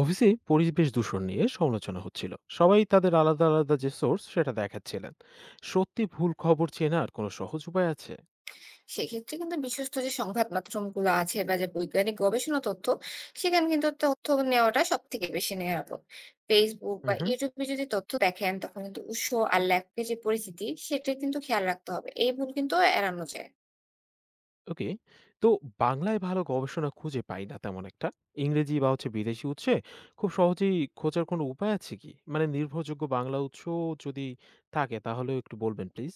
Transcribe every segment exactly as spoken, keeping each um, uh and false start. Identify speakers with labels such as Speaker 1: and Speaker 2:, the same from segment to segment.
Speaker 1: অফিসে পরিবেশ দূষণ নিয়ে সমালোচনা হচ্ছিল। সবাই তাদের আলাদা আলাদা যে সোর্স সেটা দেখাচ্ছিলেন। সত্যি ভুল খবর চেনার কোনো সহজ উপায় আছে?
Speaker 2: সেক্ষেত্রে কিন্তু বিশ্বস্ত যে সংবাদ মাধ্যম গুলো আছে বা যে বৈজ্ঞানিক গবেষণা তথ্য সেখানে কিন্তু তথ্য নেওয়াটা সব থেকে বেশি নিরাপদ। ফেসবুক বা
Speaker 1: হুম।
Speaker 2: ইউটিউবে যদি তথ্য দেখেন তখন কিন্তু উৎস আর লেখকের যে পরিচিতি সেটা কিন্তু খেয়াল রাখতে হবে, এই ভুল কিন্তু এড়ানো যায়।
Speaker 1: ওকে। তো বাংলায় ভালো গবেষণা খুঁজে পাই না তেমন একটা। ইংরেজি বা হচ্ছে বিদেশি উৎসে খুব সহজেই খোঁজার কোনো উপায় আছে কি, মানে নির্ভরযোগ্য বাংলা উৎস যদি থাকে তাহলেও একটু বলবেন প্লিজ।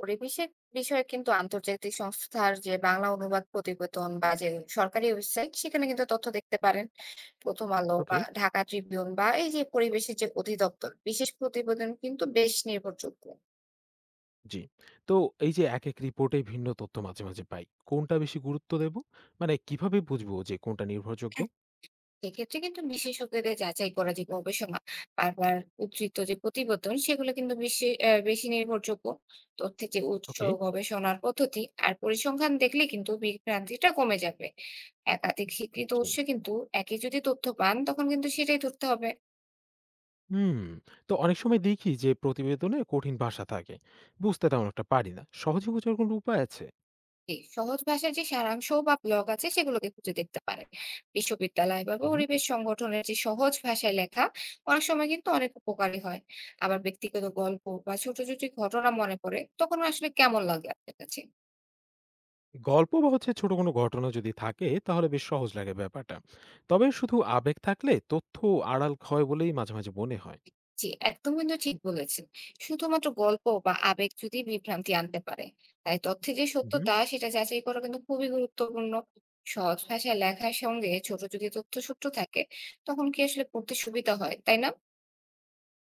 Speaker 2: পরিবেশের বিষয়ে কিন্তু আন্তর্জাতিক সংস্থার যে বাংলা অনুবাদ প্রতিবেদন বা যে সরকারি ওয়েবসাইট সেখানে কিন্তু তথ্য দেখতে পারেন। প্রথম আলো
Speaker 1: ওকে।
Speaker 2: বা ঢাকা ট্রিবিউন বা এই যে পরিবেশের যে অধিদপ্তর বিশেষ প্রতিবেদন কিন্তু বেশ নির্ভরযোগ্য।
Speaker 1: জি। তো এই যে এক এক রিপোর্টে ভিন্ন তথ্য মাঝে মাঝে পাই, কোনটা বেশি গুরুত্ব দেব, মানে কিভাবে বুঝবো যে কোনটা নির্ভরযোগ্য?
Speaker 2: এক্ষেত্রে কিন্তু বিশেষজ্ঞদের যাচাই করা যে গবেষণা বারবার উদ্ধৃত যে প্রতিবেদন সেগুলো কিন্তু বেশি আহ, বেশি নির্ভরযোগ্য। তথ্যের যে উৎস,
Speaker 1: ওকে।
Speaker 2: গবেষণার পদ্ধতি আর পরিসংখ্যান দেখলে কিন্তু বিভ্রান্তিটা কমে যাবে। একাধিক স্বীকৃত
Speaker 1: জি।
Speaker 2: উৎস কিন্তু একই যদি তথ্য পান তখন কিন্তু সেটাই ধরতে হবে।
Speaker 1: হুম। তো অনেক সময় দেখি যে প্রতিবেদনে কঠিন ভাষা থাকে, বুঝতে তেমন একটা পারি না। সহজে বোঝার কোনো উপায় আছে?
Speaker 2: এই সহজ ভাষায় যে সারাংশ বা ব্লগ আছে সেগুলোকে খুঁজে দেখতে পারেন। বিশ্ববিদ্যালয় বা
Speaker 1: হুম।
Speaker 2: পরিবেশ সংগঠনের যে সহজ ভাষায় লেখা অনেক সময় কিন্তু অনেক উপকারী হয়। আবার ব্যক্তিগত গল্প বা ছোট ছোট ঘটনা মনে পড়ে তখন আসলে কেমন লাগে আপনার কাছে?
Speaker 1: গল্প বা হচ্ছে ছোট কোনো ঘটনা যদি থাকে তাহলে বেশ সহজ লাগে ব্যাপারটা। তবে শুধু আবেগ থাকলে তথ্য আড়াল হয় বলেই মাঝে মাঝে মনে হয়।
Speaker 2: জি, একদম কিন্তু ঠিক বলেছেন। শুধুমাত্র গল্প বা আবেগ যদি বিভ্রান্তি আনতে পারে, তাই তথ্যে যে
Speaker 1: হুম।
Speaker 2: সত্যতা সেটা যাচাই করা কিন্তু খুবই গুরুত্বপূর্ণ। সহজ ভাষায় লেখার সঙ্গে ছোট যদি তথ্যসূত্র থাকে তখন কি আসলে পড়তে সুবিধা হয় তাই না?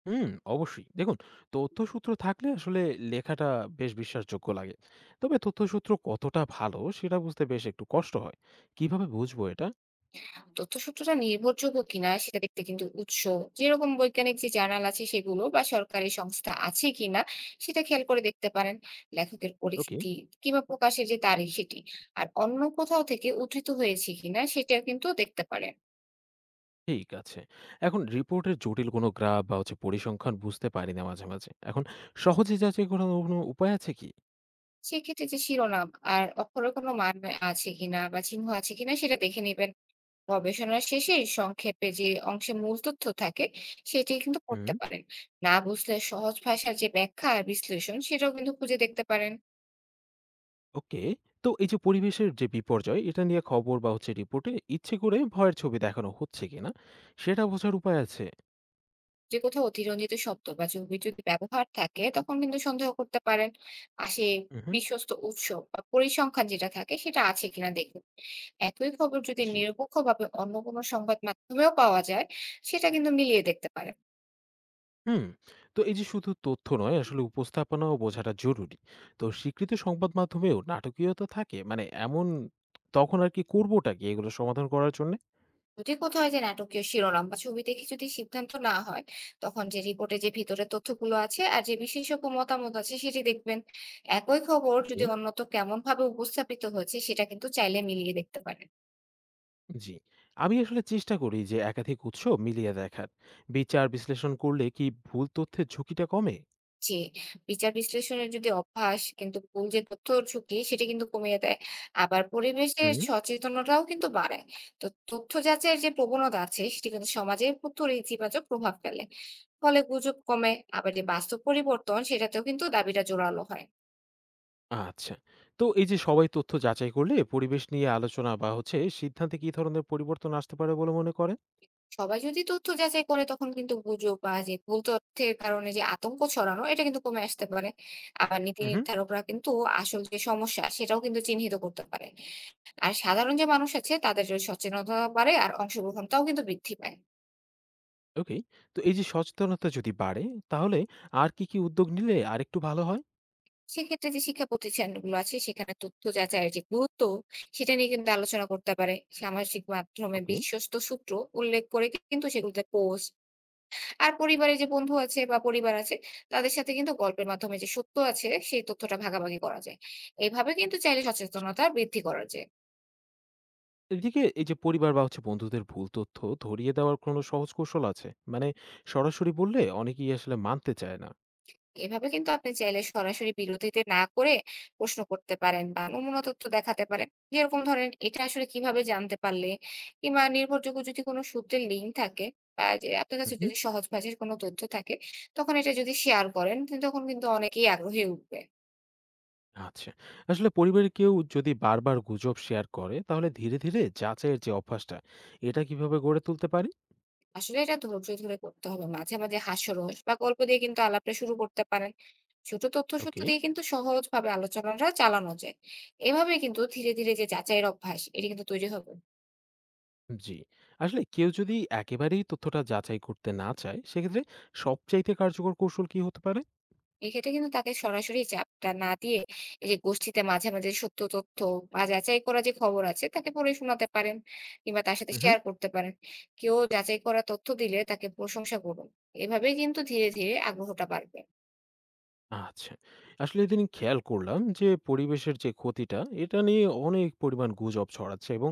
Speaker 1: হুম। অবশ্যই দেখুন, তথ্যসূত্র থাকলে আসলে লেখাটা বেশ বিশ্বাসযোগ্য লাগে। তবে তথ্যসূত্র কতটা ভালো সেটা বুঝতে বেশ একটু কষ্ট হয়। কিভাবে বুঝবো এটা?
Speaker 2: তথ্যসূত্রটা নির্ভরযোগ্য কিনা সেটা দেখতে কিন্তু উৎস যেরকম বৈজ্ঞানিক যে জার্নাল আছে সেগুলো বা সরকারি সংস্থা আছে কিনা সেটা খেয়াল করে দেখতে পারেন। লেখকের
Speaker 1: ওকে।
Speaker 2: পরিচিতি কিংবা প্রকাশের যে তারিখ সেটি আর অন্য কোথাও থেকে উদ্ধৃত হয়েছে কিনা সেটা কিন্তু দেখতে পারেন।
Speaker 1: ঠিক আছে। এখন রিপোর্টের জটিল কোনো গ্রাফ বা হচ্ছে পরিসংখ্যান বুঝতে পারি না মাঝে মাঝে। এখন সহজে যাচাই করার কোনো উপায় আছে কি?
Speaker 2: সেক্ষেত্রে যে শিরোনাম আর অক্ষরের কোনো মান আছে কিনা বা চিহ্ন আছে কিনা সেটা দেখে নেবেন। গবেষণার শেষে সংক্ষেপে যে অংশে মূল তথ্য থাকে সেটি কিন্তু পড়তে
Speaker 1: হুম।
Speaker 2: পারেন। না বুঝলে সহজ ভাষার যে ব্যাখ্যা আর বিশ্লেষণ সেটাও কিন্তু খুঁজে দেখতে পারেন।
Speaker 1: ওকে। তো এই যে পরিবেশের যে বিপর্যয়, এটা নিয়ে খবর বা হচ্ছে রিপোর্টে ইচ্ছে করে ভয়ের ছবি দেখানো হচ্ছে কিনা, সেটা বোঝার উপায় আছে?
Speaker 2: যে কোথাও অতিরঞ্জিত শব্দ বা ছবির যদি ব্যবহার থাকে তখন কিন্তু সন্দেহ করতে পারেন। পাশে
Speaker 1: উহু।
Speaker 2: বিশ্বস্ত উৎস বা পরিসংখ্যান যেটা থাকে সেটা আছে কিনা দেখুন। একই খবর যদি
Speaker 1: জি।
Speaker 2: নিরপেক্ষভাবে অন্য কোনো সংবাদ মাধ্যমেও পাওয়া যায় সেটা কিন্তু মিলিয়ে দেখতে পারেন।
Speaker 1: হুম। তো এই যে শুধু তথ্য নয়, আসলে উপস্থাপনাও বোঝাটা জরুরি। তো স্বীকৃত সংবাদ মাধ্যমেও নাটকীয়তা থাকে, মানে এমন তখন আর কি করবোটা কি এগুলো সমাধান করার জন্যে?
Speaker 2: যদি কোথাও যে নাটকীয় শিরোনাম বা ছবিতে কিছু যদি সিদ্ধান্ত না হয় তখন যে রিপোর্টে যে ভিতরে তথ্যগুলো আছে আর যে বিশেষজ্ঞ মতামত আছে সেটি দেখবেন। একই খবর
Speaker 1: ওকে।
Speaker 2: যদি অন্যত্র কেমন ভাবে উপস্থাপিত হয়েছে সেটা কিন্তু চাইলে মিলিয়ে দেখতে পারেন।
Speaker 1: জি। আমি আসলে চেষ্টা করি যে একাধিক উৎস মিলিয়ে দেখার। বিচার বিশ্লেষণ করলে কি ভুল তথ্যের ঝুঁকিটা কমে?
Speaker 2: জি, বিচার বিশ্লেষণের যদি অভ্যাস কিন্তু ভুল যে তথ্যর ঝুঁকি সেটা কিন্তু কমিয়ে দেয়। আবার পরিবেশের
Speaker 1: হুম।
Speaker 2: সচেতনতাও কিন্তু বাড়ায়। তো তথ্য যাচাইয়ের যে প্রবণতা আছে সেটি কিন্তু সমাজের উপর ইতিবাচক প্রভাব ফেলে। ফলে গুজব কমে, আবার যে বাস্তব পরিবর্তন সেটাতেও কিন্তু দাবিটা জোরালো হয়।
Speaker 1: আচ্ছা। তো এই যে সবাই তথ্য যাচাই করলে পরিবেশ নিয়ে আলোচনা বা হচ্ছে সিদ্ধান্তে কি ধরনের পরিবর্তন আসতে পারে বলে মনে করেন?
Speaker 2: সবাই যদি তথ্য যাচাই করে তখন কিন্তু গুজব বা যে ভুল তথ্যের কারণে যে আতঙ্ক ছড়ানো এটা কিন্তু কমে আসতে পারে। আবার নীতি
Speaker 1: হুম।
Speaker 2: নির্ধারকরা কিন্তু আসল যে সমস্যা সেটাও কিন্তু চিহ্নিত করতে পারে। আর সাধারণ যে মানুষ আছে তাদের যদি সচেতনতা বাড়ে আর অংশগ্রহণটাও কিন্তু বৃদ্ধি পায়।
Speaker 1: ওকে। তো এই যে সচেতনতা যদি বাড়ে, তাহলে আর কি কি উদ্যোগ নিলে আর একটু ভালো হয়?
Speaker 2: সেক্ষেত্রে যে শিক্ষা প্রতিষ্ঠানগুলো আছে সেখানে তথ্য যাচাইয়ের যে গুরুত্ব সেটা নিয়ে কিন্তু আলোচনা করতে পারে। সামাজিক মাধ্যমে
Speaker 1: ওকে।
Speaker 2: বিশ্বস্ত সূত্র উল্লেখ করে কিন্তু সেগুলোতে পোস্ট, আর পরিবারে যে বন্ধু আছে বা পরিবার আছে তাদের সাথে কিন্তু গল্পের মাধ্যমে যে সত্য আছে সেই তথ্যটা ভাগাভাগি করা যায়। এইভাবে কিন্তু চাইলে
Speaker 1: আচ্ছা।
Speaker 2: সচেতনতা বৃদ্ধি করা যায়।
Speaker 1: এদিকে এই যে পরিবার বা হচ্ছে বন্ধুদের ভুল তথ্য ধরিয়ে দেওয়ার কোনো সহজ কৌশল আছে, মানে সরাসরি বললে অনেকেই আসলে মানতে চায় না।
Speaker 2: এভাবে কিন্তু আপনি চাইলে সরাসরি বিরোধিতা না করে প্রশ্ন করতে পারেন বা নমুনা তথ্য দেখাতে পারেন। যেরকম ধরেন এটা আসলে কিভাবে জানতে পারলে, কিংবা নির্ভরযোগ্য যদি কোনো সূত্রের লিঙ্ক থাকে বা যে আপনার কাছে যদি সহজ ভাষার কোনো তথ্য থাকে তখন এটা যদি শেয়ার করেন তখন কিন্তু অনেকেই আগ্রহী উঠবে।
Speaker 1: আচ্ছা। আসলে পরিবারের কেউ যদি বারবার গুজব শেয়ার করে তাহলে ধীরে ধীরে যাচাইয়ের যে অভ্যাসটা এটা কিভাবে গড়ে তুলতে পারি?
Speaker 2: আসলে এটা ধৈর্য ধরে করতে হবে, মাঝে মাঝে হাস্যরস বা গল্প দিয়ে কিন্তু আলাপটা শুরু করতে পারেন। ছোট তথ্যসূত্র
Speaker 1: ওকে।
Speaker 2: দিয়ে কিন্তু সহজভাবে আলোচনাটা চালানো যায়। এভাবে কিন্তু ধীরে ধীরে যে যাচাইয়ের অভ্যাস এটা কিন্তু তৈরি হবে।
Speaker 1: জি। আসলে কেউ যদি একেবারেই তথ্যটা যাচাই করতে না চায় সেক্ষেত্রে সবচাইতে কার্যকর কৌশল কি হতে পারে?
Speaker 2: এক্ষেত্রে কিন্তু তাকে সরাসরি চাপটা না দিয়ে এই যে গোষ্ঠীতে মাঝে মাঝে সত্য তথ্য বা যাচাই করা যে খবর আছে তাকে পড়ে শোনাতে পারেন, কিংবা তার সাথে
Speaker 1: উহু।
Speaker 2: শেয়ার করতে পারেন। কেউ যাচাই করা তথ্য দিলে তাকে প্রশংসা করুন। এভাবেই কিন্তু ধীরে ধীরে আগ্রহটা বাড়বে।
Speaker 1: আচ্ছা। আসলে ইদানিং খেয়াল করলাম যে পরিবেশের যে ক্ষতিটা এটা নিয়ে অনেক পরিমাণ গুজব ছড়াচ্ছে এবং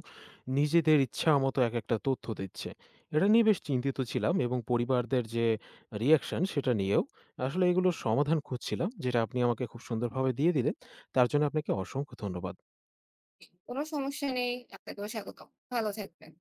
Speaker 1: নিজেদের ইচ্ছামতো একেকটা তথ্য দিচ্ছে। এটা নিয়ে বেশ চিন্তিত ছিলাম এবং পরিবারদের যে রিঅ্যাকশন সেটা নিয়েও আসলে এগুলোর সমাধান খুঁজছিলাম, যেটা আপনি আমাকে খুব সুন্দরভাবে দিয়ে দিলেন। তার জন্য আপনাকে অসংখ্য ধন্যবাদ।
Speaker 2: কোনো সমস্যা নেই, আপনাকেও স্বাগতম। ভালো থাকবেন।